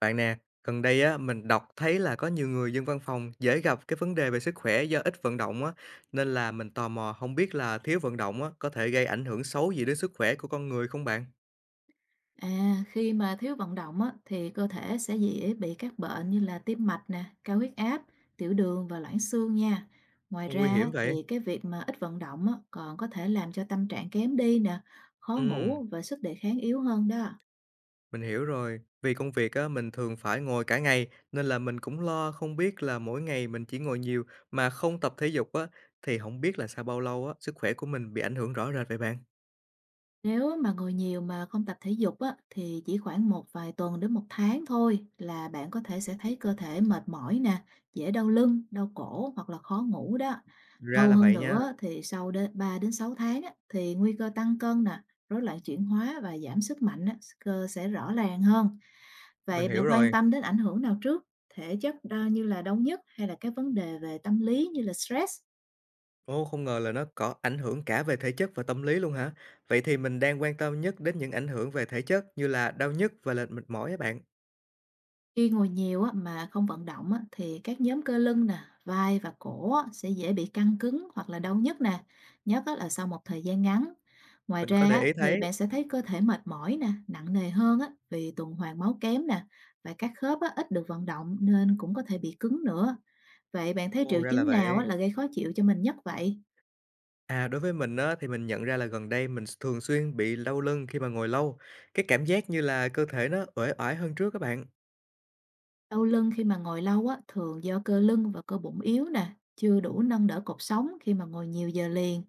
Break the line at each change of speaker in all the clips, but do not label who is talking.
Bạn nè, gần đây á mình đọc thấy là có nhiều người dân văn phòng dễ gặp cái vấn đề về sức khỏe do ít vận động á, nên là mình tò mò không biết là thiếu vận động á có thể gây ảnh hưởng xấu gì đến sức khỏe của con người không bạn?
À, khi mà thiếu vận động á, thì cơ thể sẽ dễ bị các bệnh như là tim mạch nè, cao huyết áp, tiểu đường và loãng xương nha. Ngoài
Ồ, nguy
ra á,
hiểm
thì
vậy.
cái việc mà ít vận động á, còn có thể làm cho tâm trạng kém đi nè, khó
Ừ,
ngủ và sức đề kháng yếu hơn đó.
mình hiểu rồi. Vì công việc á mình thường phải ngồi cả ngày nên là mình cũng lo không biết là mỗi ngày mình chỉ ngồi nhiều mà không tập thể dục á thì không biết là sau bao lâu á sức khỏe của mình bị ảnh hưởng rõ rệt vậy bạn.
Nếu mà ngồi nhiều mà không tập thể dục á, thì chỉ khoảng một vài tuần đến một tháng thôi là bạn có thể sẽ thấy cơ thể mệt mỏi nè, dễ đau lưng, đau cổ hoặc là khó ngủ đó.
Ra
Lâu
là
hơn
vậy nha,
nữa thì sau đến 3-6 tháng á, thì nguy cơ tăng cân nè, rối loạn chuyển hóa và giảm sức mạnh á, cơ sẽ rõ ràng hơn.
mình
Vậy
hiểu
bạn quan
rồi.
tâm đến ảnh hưởng nào trước? Thể chất đo như là đau nhức hay là các vấn đề về tâm lý như là stress?
Ô, không ngờ là nó có ảnh hưởng cả về thể chất và tâm lý luôn hả? Vậy thì mình đang quan tâm nhất đến những ảnh hưởng về thể chất như là đau nhức và lệch mệt mỏi á bạn.
Khi ngồi nhiều á, mà không vận động á, thì các nhóm cơ lưng nè, vai và cổ á, sẽ dễ bị căng cứng hoặc là đau nhức nè, nhất á, là sau một thời gian ngắn. Ngoài
Mình có
ra
để
á,
ý
thì
thấy.
bạn sẽ thấy cơ thể mệt mỏi nè, nặng nề hơn á, vì tuần hoàn máu kém nè và các khớp á, ít được vận động nên cũng có thể bị cứng nữa. Vậy bạn thấy
Ồ,
triệu
ra là
chứng nào
vậy.
á, là gây khó chịu cho mình nhất vậy?
À, đối với mình á, thì mình nhận ra là gần đây mình thường xuyên bị đau lưng khi mà ngồi lâu. Cái cảm giác như là cơ thể nó uể oải hơn trước các bạn.
Đau lưng khi mà ngồi lâu á, thường do cơ lưng và cơ bụng yếu nè, chưa đủ nâng đỡ cột sống khi mà ngồi nhiều giờ liền.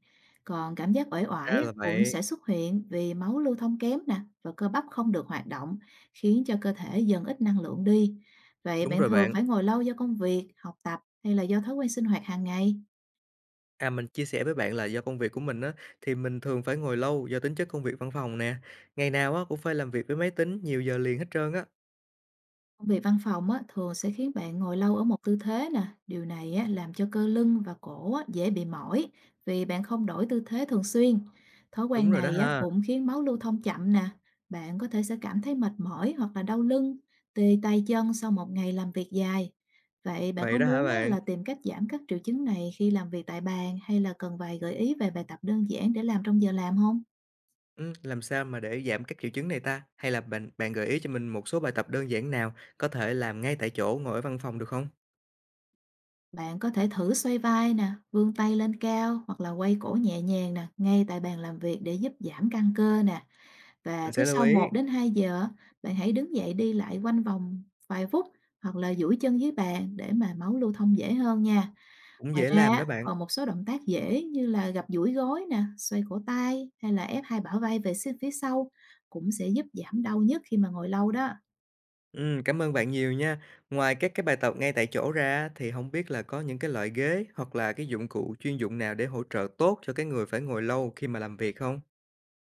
Còn cảm giác uể oải
Ra
á,
là
cũng
vậy.
sẽ xuất hiện vì máu lưu thông kém nè và cơ bắp không được hoạt động, khiến cho cơ thể dần ít năng lượng đi. Vậy
Đúng
bạn
rồi
thường
bạn.
phải ngồi lâu do công việc, học tập hay là do thói quen sinh hoạt hàng ngày?
À, mình chia sẻ với bạn là do công việc của mình á, thì mình thường phải ngồi lâu do tính chất công việc văn phòng nè. Ngày nào á, cũng phải làm việc với máy tính nhiều giờ liền hết trơn á.
Công việc văn phòng á, thường sẽ khiến bạn ngồi lâu ở một tư thế nè. Điều này á, làm cho cơ lưng và cổ á, dễ bị mỏi vì bạn không đổi tư thế thường xuyên. Thói quen
Đúng rồi đó
này á,
ha.
cũng khiến máu lưu thông chậm nè. Bạn có thể sẽ cảm thấy mệt mỏi hoặc là đau lưng, tê tay chân sau một ngày làm việc dài. Vậy bạn có
Vậy đó hả
muốn á,
bạn?
là tìm cách giảm các triệu chứng này khi làm việc tại bàn hay là cần vài gợi ý về bài tập đơn giản để làm trong giờ làm không?
Làm sao mà để giảm các triệu chứng này ta? Hay là bạn bạn gợi ý cho mình một số bài tập đơn giản nào có thể làm ngay tại chỗ ngồi ở văn phòng được không?
Bạn có thể thử xoay vai nè, vươn tay lên cao hoặc là quay cổ nhẹ nhàng nè, ngay tại bàn làm việc để giúp giảm căng cơ nè. Và
Mình
cứ
sẽ lưu
sau
ý,
một đến 2 giờ, bạn hãy đứng dậy đi lại quanh vòng vài phút hoặc là duỗi chân dưới bàn để mà máu lưu thông dễ hơn nha.
cũng
Ngoài
dễ
ra,
làm
á,
đó bạn.
còn một số động tác dễ như là gập duỗi gối nè, xoay cổ tay hay là ép hai bả vai về phía sau cũng sẽ giúp giảm đau nhất khi mà ngồi lâu đó.
Cảm ơn bạn nhiều nha. Ngoài các cái bài tập ngay tại chỗ ra thì không biết là có những cái loại ghế hoặc là cái dụng cụ chuyên dụng nào để hỗ trợ tốt cho cái người phải ngồi lâu khi mà làm việc không?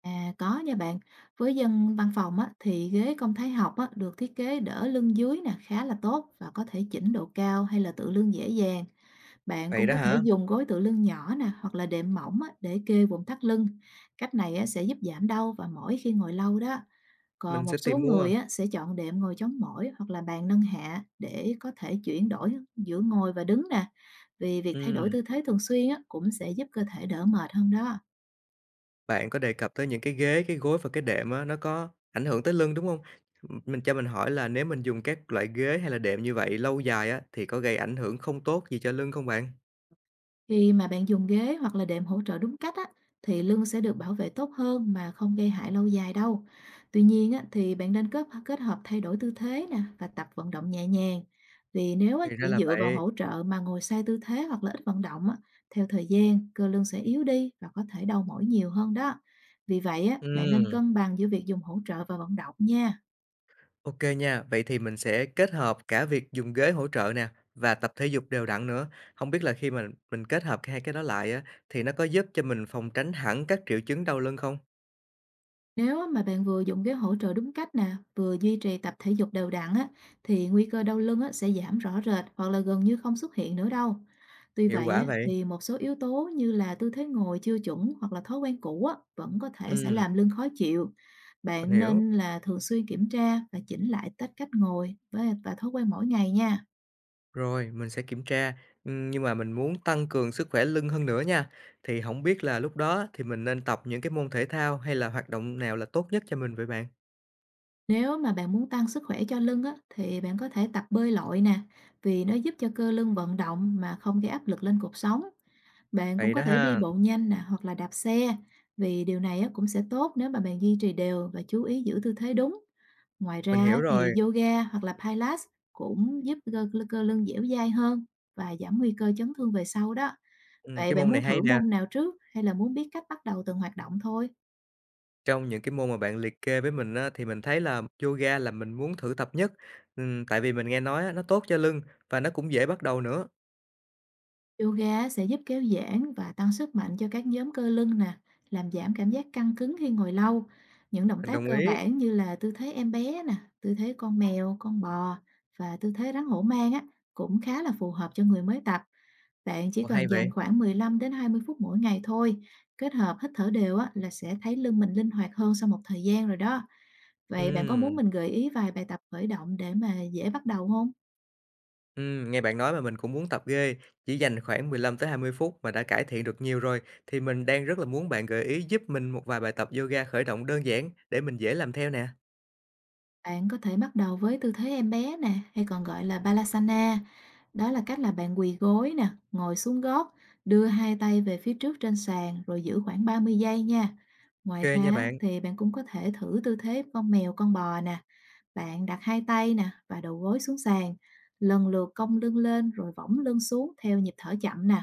À, có nha bạn. Với dân văn phòng á, thì ghế công thái học á, được thiết kế đỡ lưng dưới nè khá là tốt và có thể chỉnh độ cao hay là tựa lưng dễ dàng. Bạn
Vậy
cũng
đó
có thể
hả?
dùng gối tựa lưng nhỏ nè hoặc là đệm mỏng á, để kê vùng thắt lưng. Cách này á, sẽ giúp giảm đau và mỏi khi ngồi lâu đó. Còn
Mình
một
sẽ
số
tìm mua.
người á, sẽ chọn đệm ngồi chống mỏi hoặc là bàn nâng hạ để có thể chuyển đổi giữa ngồi và đứng nè. Vì việc thay đổi
Ừm.
tư thế thường xuyên á, cũng sẽ giúp cơ thể đỡ mệt hơn đó.
Bạn có đề cập tới những cái ghế, cái gối và cái đệm á, nó có ảnh hưởng tới lưng, đúng không? Mình cho mình hỏi là nếu mình dùng các loại ghế hay là đệm như vậy lâu dài á, thì có gây ảnh hưởng không tốt gì cho lưng không bạn?
Khi mà bạn dùng ghế hoặc là đệm hỗ trợ đúng cách á, thì lưng sẽ được bảo vệ tốt hơn mà không gây hại lâu dài đâu. Tuy nhiên á, thì bạn nên kết hợp thay đổi tư thế nè và tập vận động nhẹ nhàng. Vì nếu á,
Thì ra
chỉ
là
dựa vào
vậy.
hỗ trợ mà ngồi sai tư thế hoặc là ít vận động á, theo thời gian cơ lưng sẽ yếu đi và có thể đau mỏi nhiều hơn đó. Vì vậy á, bạn nên
Ừm,
cân bằng giữa việc dùng hỗ trợ và vận động nha.
ô nha. Vậy thì mình sẽ kết hợp cả việc dùng ghế hỗ trợ nè, và tập thể dục đều đặn nữa. Không biết là khi mà mình kết hợp hai cái đó lại á, thì nó có giúp cho mình phòng tránh hẳn các triệu chứng đau lưng không?
Nếu mà bạn vừa dùng cái hỗ trợ đúng cách nè, vừa duy trì tập thể dục đều đặn á, thì nguy cơ đau lưng á, sẽ giảm rõ rệt hoặc là gần như không xuất hiện nữa đâu. Tuy
Hiệu
vậy
quả
á,
vậy?
thì một số yếu tố như là tư thế ngồi chưa chuẩn hoặc là thói quen cũ á, vẫn có thể sẽ
Ừm,
làm lưng khó chịu. Bạn
mình hiểu.
nên là thường xuyên kiểm tra và chỉnh lại cách cách ngồi và thói quen mỗi ngày nha.
Rồi, mình sẽ kiểm tra, nhưng mà mình muốn tăng cường sức khỏe lưng hơn nữa nha. Thì không biết là lúc đó thì mình nên tập những cái môn thể thao hay là hoạt động nào là tốt nhất cho mình vậy bạn?
Nếu mà bạn muốn tăng sức khỏe cho lưng á, thì bạn có thể tập bơi lội nè, vì nó giúp cho cơ lưng vận động mà không gây áp lực lên cột sống. Bạn cũng
Vậy
có
đó
thể đi
ha,
bộ nhanh nè hoặc là đạp xe vì điều này á, cũng sẽ tốt nếu mà bạn duy trì đều và chú ý giữ tư thế đúng. Ngoài ra
mình
á,
hiểu rồi,
thì yoga hoặc là Pilates cũng giúp cơ, cơ cơ lưng dẻo dai hơn và giảm nguy cơ chấn thương về sau đó. Vậy
cái
bạn
môn này
muốn thử
hay nè.
môn nào trước hay là muốn biết cách bắt đầu từng hoạt động thôi?
Trong những cái môn mà bạn liệt kê với mình á, thì mình thấy là yoga là mình muốn thử tập nhất, tại vì mình nghe nói á, nó tốt cho lưng và nó cũng dễ bắt đầu nữa.
Yoga sẽ giúp kéo giãn và tăng sức mạnh cho các nhóm cơ lưng nè, làm giảm cảm giác căng cứng khi ngồi lâu. Những động
Mình
tác
đồng
cơ
ý.
bản như là tư thế em bé nè, tư thế con mèo, con bò và tư thế rắn hổ mang á cũng khá là phù hợp cho người mới tập. Bạn chỉ
Ồ, hay
cần dành
vậy.
khoảng 15 đến 20 phút mỗi ngày thôi, kết hợp hít thở đều á là sẽ thấy lưng mình linh hoạt hơn sau một thời gian rồi đó. Vậy bạn có
Ừm.
muốn mình gợi ý vài bài tập khởi động để mà dễ bắt đầu không?
Nghe bạn nói mà mình cũng muốn tập ghê, chỉ dành khoảng 15 tới 20 phút mà đã cải thiện được nhiều rồi, thì mình đang rất là muốn bạn gợi ý giúp mình một vài bài tập yoga khởi động đơn giản để mình dễ làm theo nè.
Bạn có thể bắt đầu với tư thế em bé nè, hay còn gọi là Balasana. Đó là cách là bạn quỳ gối nè, ngồi xuống gót, đưa hai tay về phía trước trên sàn rồi giữ khoảng 30 giây nha. Ngoài
OK
ra
nha
á,
bạn,
thì bạn cũng có thể thử tư thế con mèo con bò nè, bạn đặt hai tay nè và đầu gối xuống sàn, lần lượt cong lưng lên rồi võng lưng xuống theo nhịp thở chậm nè.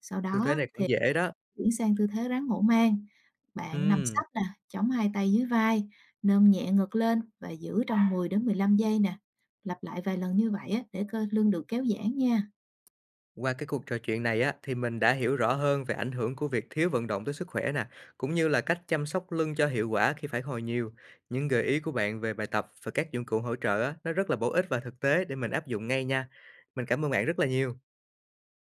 Sau
tư thế
đó
này cũng dễ đó.
chuyển sang tư thế rắn hổ mang. Bạn nằm
Ừm,
sấp nè, chống hai tay dưới vai, nâng nhẹ ngực lên và giữ trong 10 đến 15 giây nè. Lặp lại vài lần như vậy á, để cơ lưng được kéo giãn nha.
qua cái cuộc trò chuyện này á, thì mình đã hiểu rõ hơn về ảnh hưởng của việc thiếu vận động tới sức khỏe nè, cũng như là cách chăm sóc lưng cho hiệu quả khi phải ngồi nhiều. Những gợi ý của bạn về bài tập và các dụng cụ hỗ trợ á, nó rất là bổ ích và thực tế để mình áp dụng ngay nha. Mình cảm ơn bạn rất là nhiều.